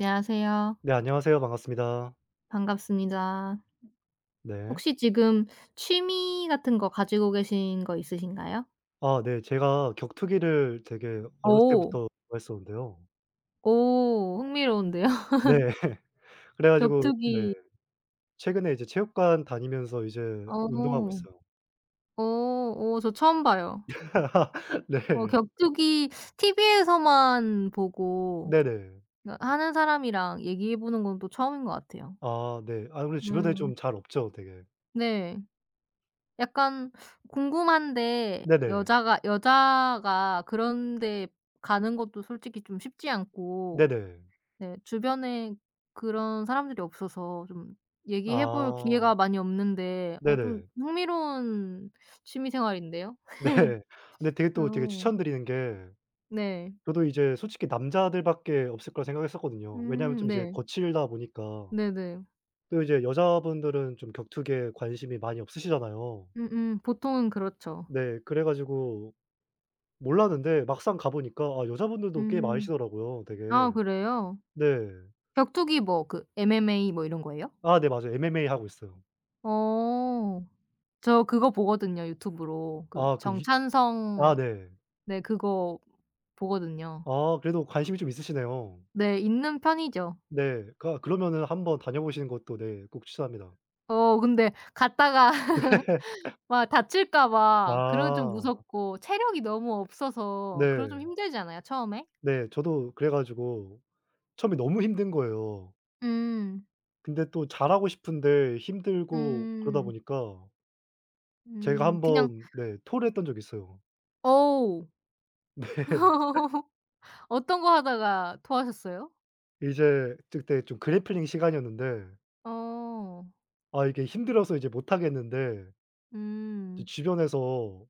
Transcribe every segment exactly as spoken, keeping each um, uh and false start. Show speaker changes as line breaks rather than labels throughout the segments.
안녕하세요.
네, 안녕하세요. 반갑습니다.
반갑습니다.
네.
혹시 지금 취미 같은 거 가지고 계신 거 있으신가요?
아, 네, 제가 격투기를 되게 어렸을
오
때부터 좋아했었는데요.
오 흥미로운데요.
네. 그래 가지고 네,
격투기
최근에 이제 체육관 다니면서 이제 운동하고
오
있어요.
오 오 저 처음 봐요. 어
네.
격투기 티비에서만 보고
네네.
그러니까 하는 사람이랑 얘기해 보는 건 또 처음인 것 같아요.
아 네. 아, 근데 주변에 좀
음
잘 없죠 되게.
네. 약간 궁금한데
네네.
여자가 여자가 그런 데 가는 것도 솔직히 좀 쉽지 않고
네네.
네. 주변에 그런 사람들이 없어서 좀 얘기해 볼
아.
기회가 많이 없는데 어 좀
네네.
흥미로운 취미 생활인데요.
네. 근데 되게 또 되게
어
추천드리는 게,
네.
저도 이제 솔직히 남자들밖에 없을 거라 생각했었거든요. 왜냐하면
음
좀 이제
네.
거칠다 보니까.
네네.
또 이제 여자분들은 좀 격투기에 관심이 많이 없으시잖아요.
음음. 보통은 그렇죠.
네. 그래 가지고 몰랐는데, 막상 가 보니까 아 여자분들도 꽤
음.
많으시더라고요 되게.
아 그래요?
네.
격투기 뭐 그 엠엠에이 뭐 이런 거예요?
아 네 맞아요. 엠엠에이 하고 있어요.
어. 저 그거 보거든요, 유튜브로.
아
그
그 유 아
정찬성
네.
네 그거 보거든요.
아 그래도 관심이 좀 있으시네요.
네. 있는 편이죠.
네. 그러니까 그러면은 한번 다녀보시는 것도 네 꼭 추천합니다.
어 근데 갔다가 막 다칠까 봐 그런 게 좀
아.
무섭고 체력이 너무 없어서 그런 좀
네.
힘들지 않아요 처음에?
네. 저도 그래 가지고 처음에 너무 힘든 거예요.
음.
근데 또 잘하고 싶은데 힘들고 그러다
음.
보니까 제가
음.
한
그냥
번 네 토를 했던 적이 있어요.
어우. 어떤 거 하다가 토하셨어요?
네. 이제 그때 좀 그래플링 시간이었는데
어.
아 이게 힘들어서 이제 못 하겠는데 이제
음.
주변에서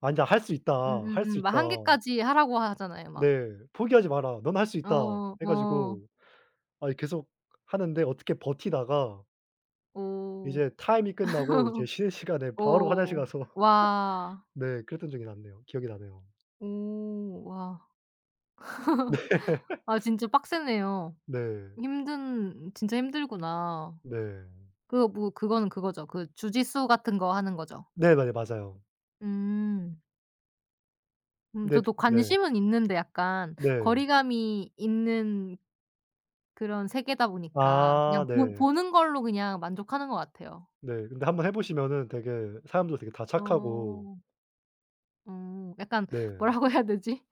"아니다. 할 수 있다. 할 수
음음음. 막
있다.
한 개까지 하라고 하잖아요 막.
네. 포기하지 마라. 넌 할 수 있다."
어.
해
어.
가지고 아이 계속 하는데 어떻게 버티다가
오.
이제 타임이 끝나고 이제 쉬는 시간에 바로 화장실
오.
가서
와.
네 그랬던 적이 났네요. 기억이 나네요.
오. 와. 아 진짜 빡세네요.
네.
힘든 진짜 힘들구나.
네.
그거 뭐 그거는 그거죠. 그 주짓수 같은 거 하는 거죠.
네. 맞아요, 맞아요.
음. 음
네.
저도
네.
관심은 있는데 약간
네.
거리감이 있는 그런 세계다 보니까
아
그냥 보
네.
보는 걸로 그냥 만족하는 것 같아요.
네. 근데 한번 해 보시면은 되게 사람들 되게 다 착하고
어. 음. 약간
네.
뭐라고 해야 되지?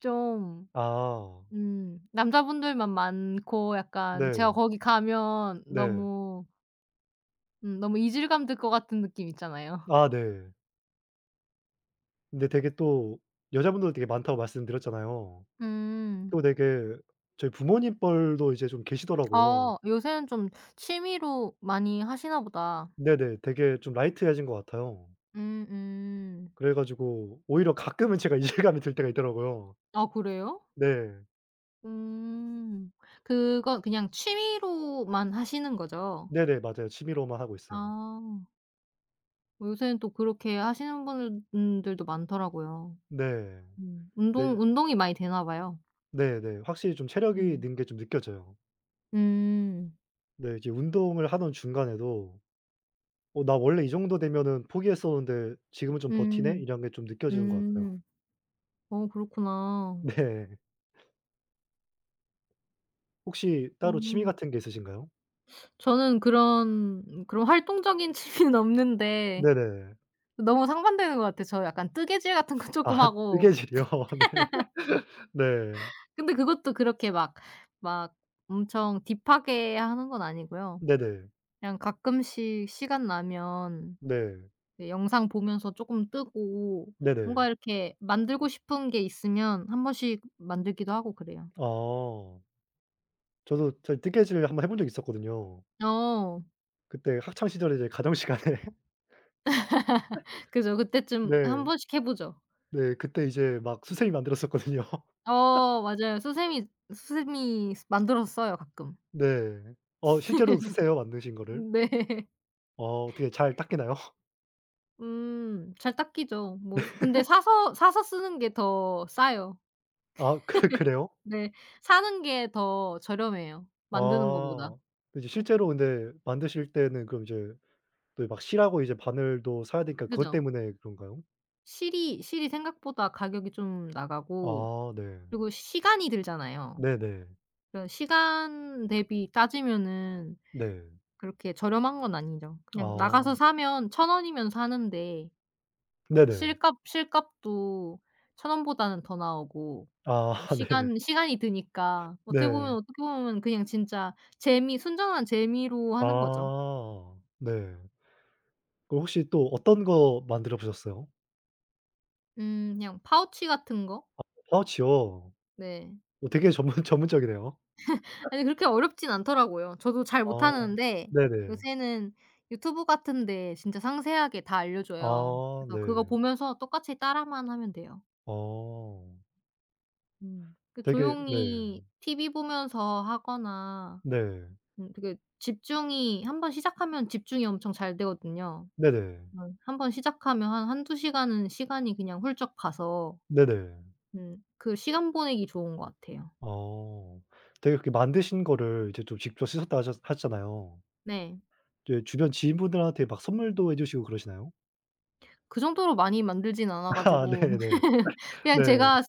좀
아.
음 남자분들만 많고 약간 제가
네.
거기 가면
네.
너무 음 너무 이질감 들 것 같은 느낌 있잖아요.
아 네. 근데 되게 또 여자분들도 되게 많다고 말씀드렸잖아요.
음.
또 되게 저희 부모님 뻘도 이제 좀 계시더라고요.
아 요새는 좀 취미로 많이 하시나 보다.
네네. 되게 좀 라이트해진 것 같아요.
음음.
그래 가지고 오히려 가끔은 제가 이질감이 들 때가 있더라고요.
아 그래요?
네.
음. 그건 그냥 취미로만 하시는 거죠?
네네. 맞아요. 취미로만 하고 있어요.
아. 요새는 또 그렇게 하시는 분들 분들도 많더라고요.
네.
음.
네.
운동 운동이 많이 되나 봐요.
네네. 확실히 좀 체력이
음.
는 게 좀 느껴져요.
음.
네. 이제 운동을 하던 중간에도 어 '나 원래 이 정도 되면은 포기했었는데 지금은 좀 버티네.'
음.
이런 게 좀 느껴지는 것 같아요.
음. 어 그렇구나.
네. 혹시 따로 취미
음.
같은 게 있으신가요?
저는 그런 그런 활동적인 취미는 없는데
네네.
너무 상반되는 것 같아요. 저 약간 뜨개질 같은 거 조금
아
하고
뜨개질이요? 네. 네.
근데 그것도 그렇게 막 막 엄청 딥하게 하는 건 아니고요.
네네.
그냥 가끔씩 시간 나면
네.
그 영상 보면서 조금 뜨고
네네.
뭔가 이렇게 만들고 싶은 게 있으면 한 번씩 만들기도 하고 그래요.
아. 저도 사실 뜨개질 한번 해본 적이 있었거든요.
어.
그때 학창 시절에 이제 가정 시간에
그죠. 그때쯤 한
네.
번씩 해 보죠.
네. 그때 이제 막 수세미 만들었었거든요.
어 맞아요. 수세미 수세미 만들어서 써요 가끔.
네. 어, 실제로 쓰세요? 만드신 거를?
네.
어 어떻게 잘 닦이나요?
음 잘 닦이죠. 뭐 근데 사서 사서 쓰는 게 더 싸요.
아 그 그래요?
네. 사는 게 더 저렴해요, 만드는 거보다.
아. 이제 실제로 근데 만드실 때는 그럼 이제 또 막 실하고 이제 바늘도 사야 되니까 그것
그죠?
때문에 그런가요?
실이 실이 생각보다 가격이 좀 나가고
아 네.
그리고 시간이 들잖아요.
네네.
그런 시간 대비 따지면은
네.
그렇게 저렴한 건 아니죠. 그냥 나가서
아.
사면 천 원이면 사는데
네네.
실값 실값도 천 원보다는 더 나오고
아
음
네.
시간 시간이 드니까 어떻게 보면,
네.
어떻게 보면 그냥 진짜 재미, 순전한 재미로 하는 거죠.
아 네. 그럼 혹시 또 어떤 거 만들어 보셨어요?
음 그냥 파우치 같은 거?
파우치요?
네.
어 되게 전문 전문적이네요.
아니 그렇게 어렵진 않더라고요. 저도 잘
아.
못하는데
네네.
요새는 유튜브 같은 데 진짜 상세하게 다 알려줘요.
아
그래서 그거
네.
보면서 똑같이 따라만 하면 돼요.
어.
음. 그
되게 네.
조용히 티비 보면서 하거나
네.
음 되게 집중이 한 번 시작하면 집중이 엄청 잘 되거든요.
네네.
음 한 번 시작하면 한 한두 시간은 시간이 그냥 훌쩍 가서
네네.
음 그 시간 보내기 좋은 것 같아요.
어. 되게 그렇게 만드신 거를 이제 좀 직접 쓰셨다 하셨 하셨잖아요.
네.
이제 주변 지인분들한테 막 선물도 해 주시고 그러시나요?
그 정도로 많이 만들진 않아
아
가지고
네네.
그냥
네.
제가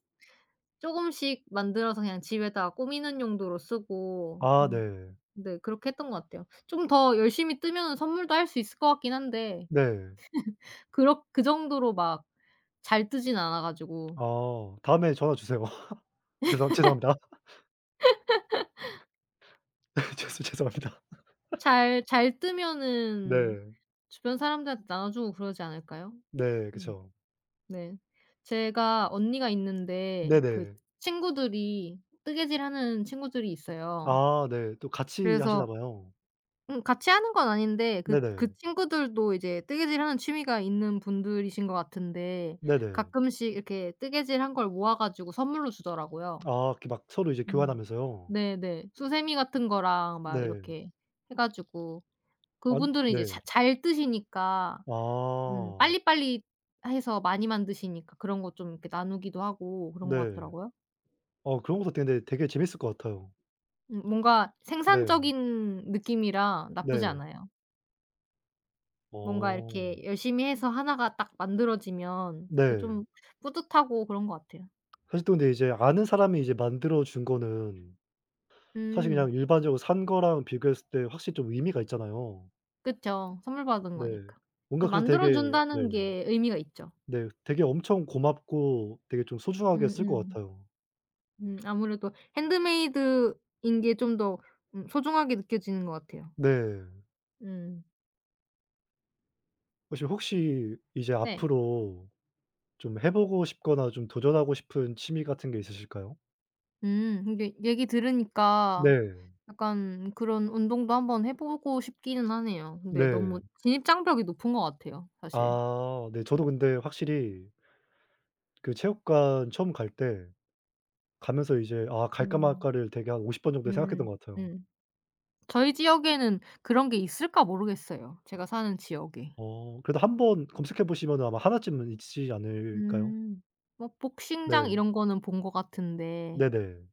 쪼금씩 만들어서 그냥 집에다가 꾸미는 용도로 쓰고
아
음
네.
네 그렇게 했던 것 같아요. 좀 더 열심히 뜨면은 선물도 할 수 있을 것 같긴 한데
네.
그렇 그 정도로 막 잘 뜨진 않아 가지고
아 다음에 전화 주세요. 죄송 죄송합니다. 네 죄송 죄송합니다.
잘 잘 뜨면은
네.
주변 사람들한테 나눠 주고 그러지 않을까요?
네.
음
그쵸.
네. 제가 언니가 있는데 그
네네.
친구들이 뜨개질하는 친구들이 있어요.
아 네. 또 같이 하시나
그래서
봐요.
음 같이 하는 건 아닌데 그 그
네네.
친구들도 이제 뜨개질하는 취미가 있는 분들이신 것 같은데
네네.
가끔씩 이렇게 뜨개질한 걸 모아 가지고 선물로 주더라고요.
아 이렇게 막 서로 이제
음.
교환하면서요?
네네. 수세미 같은 거랑 막
네.
이렇게 해 가지고
안
그분들은
네.
이제 자 잘 뜨시니까 음.
아.
빨리빨리 해서 많이 만드시니까 그런 거 좀 이렇게 나누기도 하고 그런
네.
것 같더라고요.
어 그런 것도 되게 근데 되게 재밌을 것 같아요.
음 뭔가
네.
생산적인 느낌이라 나쁘지
네.
않아요. 뭔가
어.
이렇게 열심히 해서 하나가 딱 만들어지면 그
네.
좀 뿌듯하고 그런 것 같아요.
사실 또 근데 이제 아는 사람이 이제 만들어 준 거는 사실 그냥
음.
일반적으로 산 거랑 비교했을 때 확실히 좀 의미가 있잖아요.
그쵸. 선물 받은
네.
거니까.
뭔가
그래서
그래서 되게
만들어
네.
준다는 게 의미가 있죠.
네. 되게 엄청 고맙고 되게 좀 소중하게 쓸 것
음음.
같아요.
음 아무래도 핸드메이드인 게 좀 더 음 소중하게 느껴지는 것 같아요.
네.
음.
혹시 혹시 이제
네.
앞으로 좀 해 보고 싶거나 좀 도전하고 싶은 취미 같은 게 있으실까요?
음 근데 얘기 들으니까
네.
약간 그런 운동도 한번 해 보고 싶기는 하네요. 근데
네.
너무 진입장벽이 높은 것 같아요 사실.
아 네. 저도 근데 확실히 그 체육관 처음 갈때 가면서 이제 아 갈까
음.
말까를 되게 한 오십 번 정도 생각했던
음.
것 같아요.
음. 저희 지역에는 그런 게 있을까 모르겠어요, 제가 사는 지역에.
어. 그래도 한번 검색해 보시면은 아마 하나 쯤은 있지 않을까요?
음. 뭐 복싱장
네.
이런 거는 본 것 같은데
네네.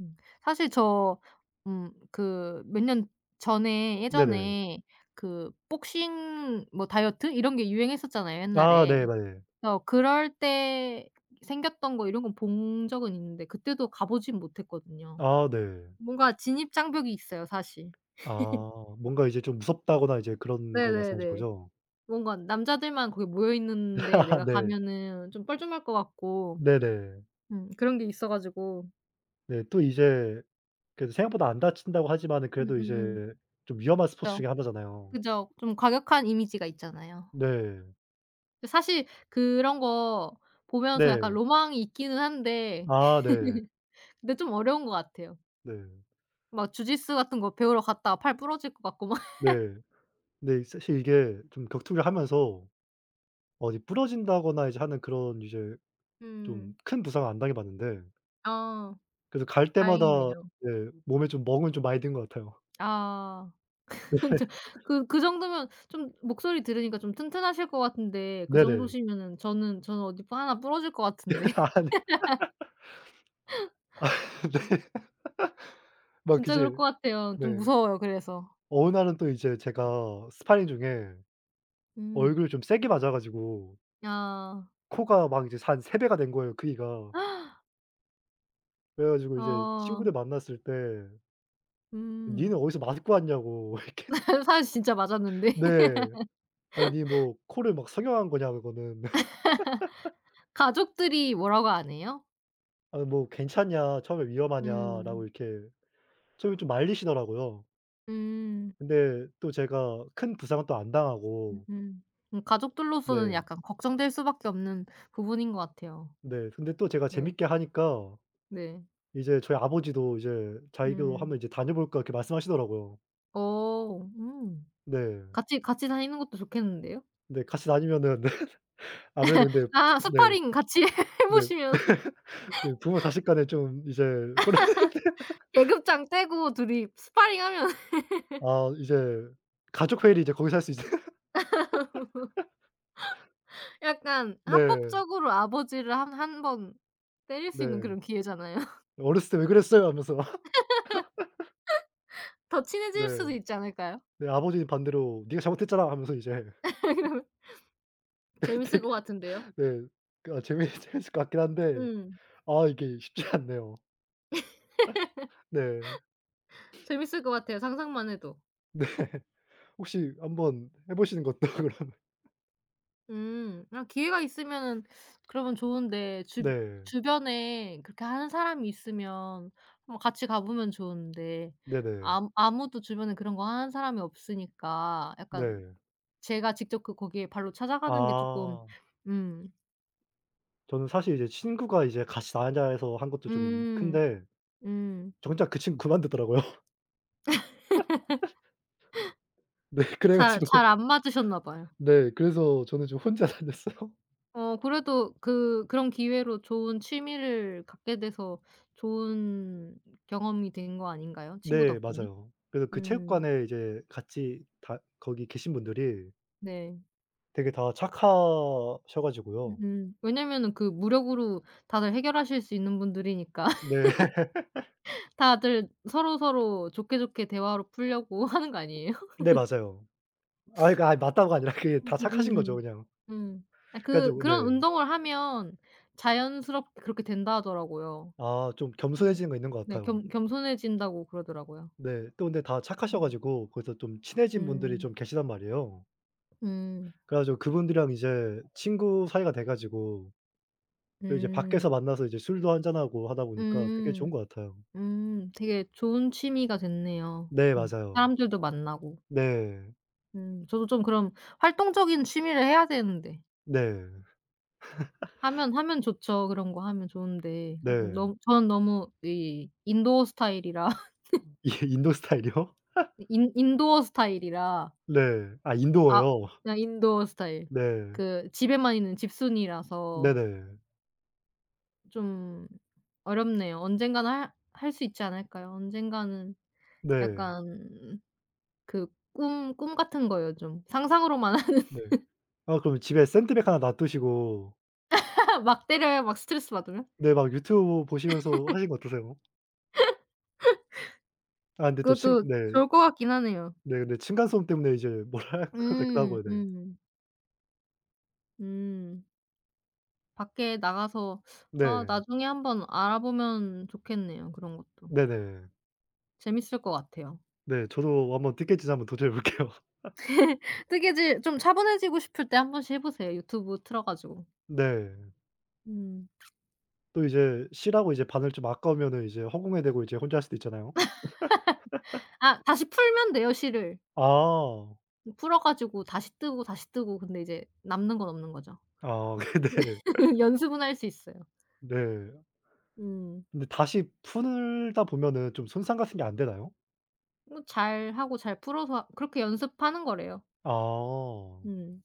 음 사실 저 음 그 몇 년 전에
네네.
예전에 그 복싱 뭐 다이어트 이런 게 유행했었잖아요,
아
옛날에.
네 네.
그래서 그럴 때 생겼던 거 이런 건 본 적은 있는데 그때도 가 보진 못했거든요.
아 네.
뭔가 진입 장벽이 있어요, 사실.
아 뭔가 이제 좀 무섭다거나 이제 그런 거 말씀하신
네네네.
거죠?
뭔가 남자들만 거기 모여 있는데 내가
네.
가면은 좀 뻘쭘할 것 같고
네네.
음 그런 게 있어 가지고
네 또 이제 그래도 생각보다 안 다친다고 하지만은 그래도
음음음.
이제 좀 위험한 스포츠
그죠.
중에 하나잖아요.
그죠. 좀 과격한 이미지가 있잖아요.
네.
사실 그런 거 보면서 약간
네.
로망이 있기는 한데
아 네.
근데 좀 어려운 것 같아요.
네.
막 주짓수 같은 거 배우러 갔다가 팔 부러질 것 같고 막.
네. 근데 사실 이게 좀 격투기를 하면서 어디 부러진다거나 이제 하는 그런 이제 좀
음.
큰 부상을 안 당해 봤는데
아
그래서 갈 때마다
다행이네요.
네 몸에 좀 멍은 좀 많이 든 것 같아요.
아. 근데 그 그 정도면 좀 목소리 들으니까 좀 튼튼하실 것 같은데 그
네네.
정도시면은 저는 저는 어디 부 하나 부러질 것 같은데.
아니요. 네. 막
진짜
이제
그럴 것 같아요. 좀
네.
무서워요 그래서.
어느 날은 또 이제 제가 스파링 중에
음.
얼굴을 좀 세게 맞아 가지고
아.
코가 막 이제 한 세 배가 된 거예요, 크기가. 그래 가지고 이제
어.
친구들 만났을 때
음.
"니는 어디서 맞고 왔냐."고 이렇게
사실 진짜 맞았는데.
네. "아니 니 뭐 코를 막 성형한 거냐 그거는."
가족들이 뭐라고 안 해요?
"아니 뭐 괜찮냐. 처음에 위험하냐."라고
음.
이렇게 저기 좀 말리시더라고요.
음.
근데 또 제가 큰 부상은 또 안
음음.
당하고
음 음, 가족들로서는
네.
약간 걱정될 수밖에 없는 부분인 것 같아요.
네. 근데 또 제가
네.
재밌게 하니까
네.
이제 저희 아버지도 이제 "자기도
음.
한번 이제 다녀볼까?" 이렇게 말씀하시더라고요.
어. 음.
네.
같이 같이 다니는 것도 좋겠는데요?
네 같이 다니면은 네 아무래도 근데
아
네.
스파링 같이 해
네.
보시면
네 부모 자식 간에 좀 이제 그래
계급장 떼고 둘이 스파링하면
아 이제 가족 회의를 이제 거기서 할 수 있어요.
약간
네.
합법적으로 아버지를 한 한 번 때릴 수 있는
네.
그런 기회잖아요.
"어렸을 때 왜 그랬어요?" 하면서
더 친해질
네.
수도 있지 않을까요?
네 아버지는 반대로 "네가 잘못했잖아." 하면서 이제
그러면 재밌을
되게
것 같은데요.
네. 그 아 재밌 재밌을 것 같긴 한데
음.
아 이게 쉽지 않네요. 네.
재밌을 것 같아요 상상만 해도.
네. 혹시 한번 해 보시는 것도 그러면
음. 아 기회가 있으면은 그러면 좋은데 주
네.
주변에 그렇게 하는 사람이 있으면 한번 같이 가 보면 좋은데
네네.
아무 아무도 주변에 그런 거 하는 사람이 없으니까 약간
네.
제가 직접 그 거기에 발로 찾아가는 게 쪼끔
아.
음.
저는 사실 이제 친구가 이제 같이 나자해서 한 것도 좀
음.
큰데
음.
정작 그 친구 그만두더라고요. 네. 그래
잘
가지고
잘 안 맞으셨나 봐요.
네 그래서 저는 좀 혼자 다녔어요.
어 그래도 그 그런 기회로 좋은 취미를 갖게 돼서 좋은 경험이 된 거 아닌가요? 친구
네
덕분에?
맞아요. 그래서 그
음.
체육관에 이제 같이 다 거기 계신 분들이
네.
되게 다 착하셔 가지고요.
음. 왜냐면은 그 무력으로 다들 해결하실 수 있는 분들이니까
네.
다들 서로서로 좋게 좋게 대화로 풀려고 하는 거 아니에요?
네 맞아요. 아 그러니까 아이 맞다고가 아니라 그게 다 착하신 거죠
음음음음.
그냥.
음. 아
그래
그
가지고 네.
그런 운동을 하면 자연스럽게 그렇게 된다 하더라고요.
아 좀
음.
겸손해지는 거 있는 것
네.
같아요.
겸 겸손해진다고 그러더라고요.
네. 또 근데 다 착하셔
음.
가지고 거기서 좀 친해진 분들이
음.
좀 계시단 말이에요.
음.
그래 가지고 그분들이랑 이제 친구 사이가 돼 가지고 또 이제 밖에서
음.
만나서 이제 술도 한잔하고 하다 보니까 되게
음.
좋은 것 같아요.
음. 되게 좋은 취미가 됐네요.
네
음.
맞아요.
사람들도 만나고.
네.
음. 저도 좀 그럼 활동적인 취미를 해야 되는데.
네.
하면 하면 좋죠. 그런 거 하면 좋은데
네.
너무 저는 너무 이 인도어 스타일이라
이 인도 스타일이요?
인 인도어 스타일이라
네. 아
아
인도어요?
그냥 인도 어 스타일.
네.
그 집에만 있는 집순이라서
네네.
좀 어렵네요. 언젠가는 할 할 수 있지 않을까요? 언젠가는
네.
약간 그 꿈 꿈 같은 거예요 좀. 상상으로만
네. 아 그럼 집에 샌드백 하나 놔 두시고
막 때려요 막 스트레스 받으면.
네 막 유튜브 보시면서 하시는 거 어떠세요? 아 근데 또 친
그것도
네.
좋을 것 같긴 하네요.
네 근데 층간소음 때문에 이제 뭐랄까 같기도
음
하고요. 네.
음. 음. 밖에 나가서 아
네.
나중에 한번 알아보면 좋겠네요 그런 것도.
네네.
재밌을 것 같아요.
네. 저도 한번 티켓지 한번 도전해 볼게요.
뜨개질 좀 차분해지고 싶을 때 한 번씩 해 보세요, 유튜브 틀어 가지고.
네.
음.
또 이제 실하고 이제 반을 좀 아까우면은 이제 허공에 대고 이제 혼자 할 수도 있잖아요.
아 다시 풀면 돼요, 실을.
아.
풀어 가지고 다시 뜨고, 다시 뜨고 근데 이제 남는 건 없는 거죠.
아 네. 네.
연습은 할 수 있어요.
네.
음.
근데 다시 풀다 보면은 좀 손상 같은 게 안 되나요?
뭐 잘하고 잘 풀어서 그렇게 연습하는 거래요.
아.
음.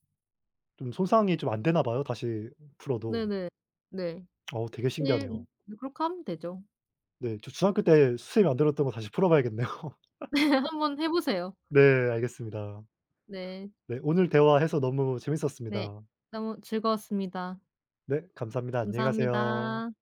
좀 손상이 좀 안 되나 봐요, 다시 풀어도.
네네. 네.
어 되게
실
신기하네요.
네, 그렇게 하면 되죠.
네. 저 중학교 때 선생님이 만들었던 거 다시 풀어 봐야겠네요.
한 번 해 보세요.
네 알겠습니다.
네.
네 오늘 대화해서 너무
네.
재밌었습니다.
너무 즐거웠습니다.
네. 감사합니다. 안녕히 가세요.
감사합니다.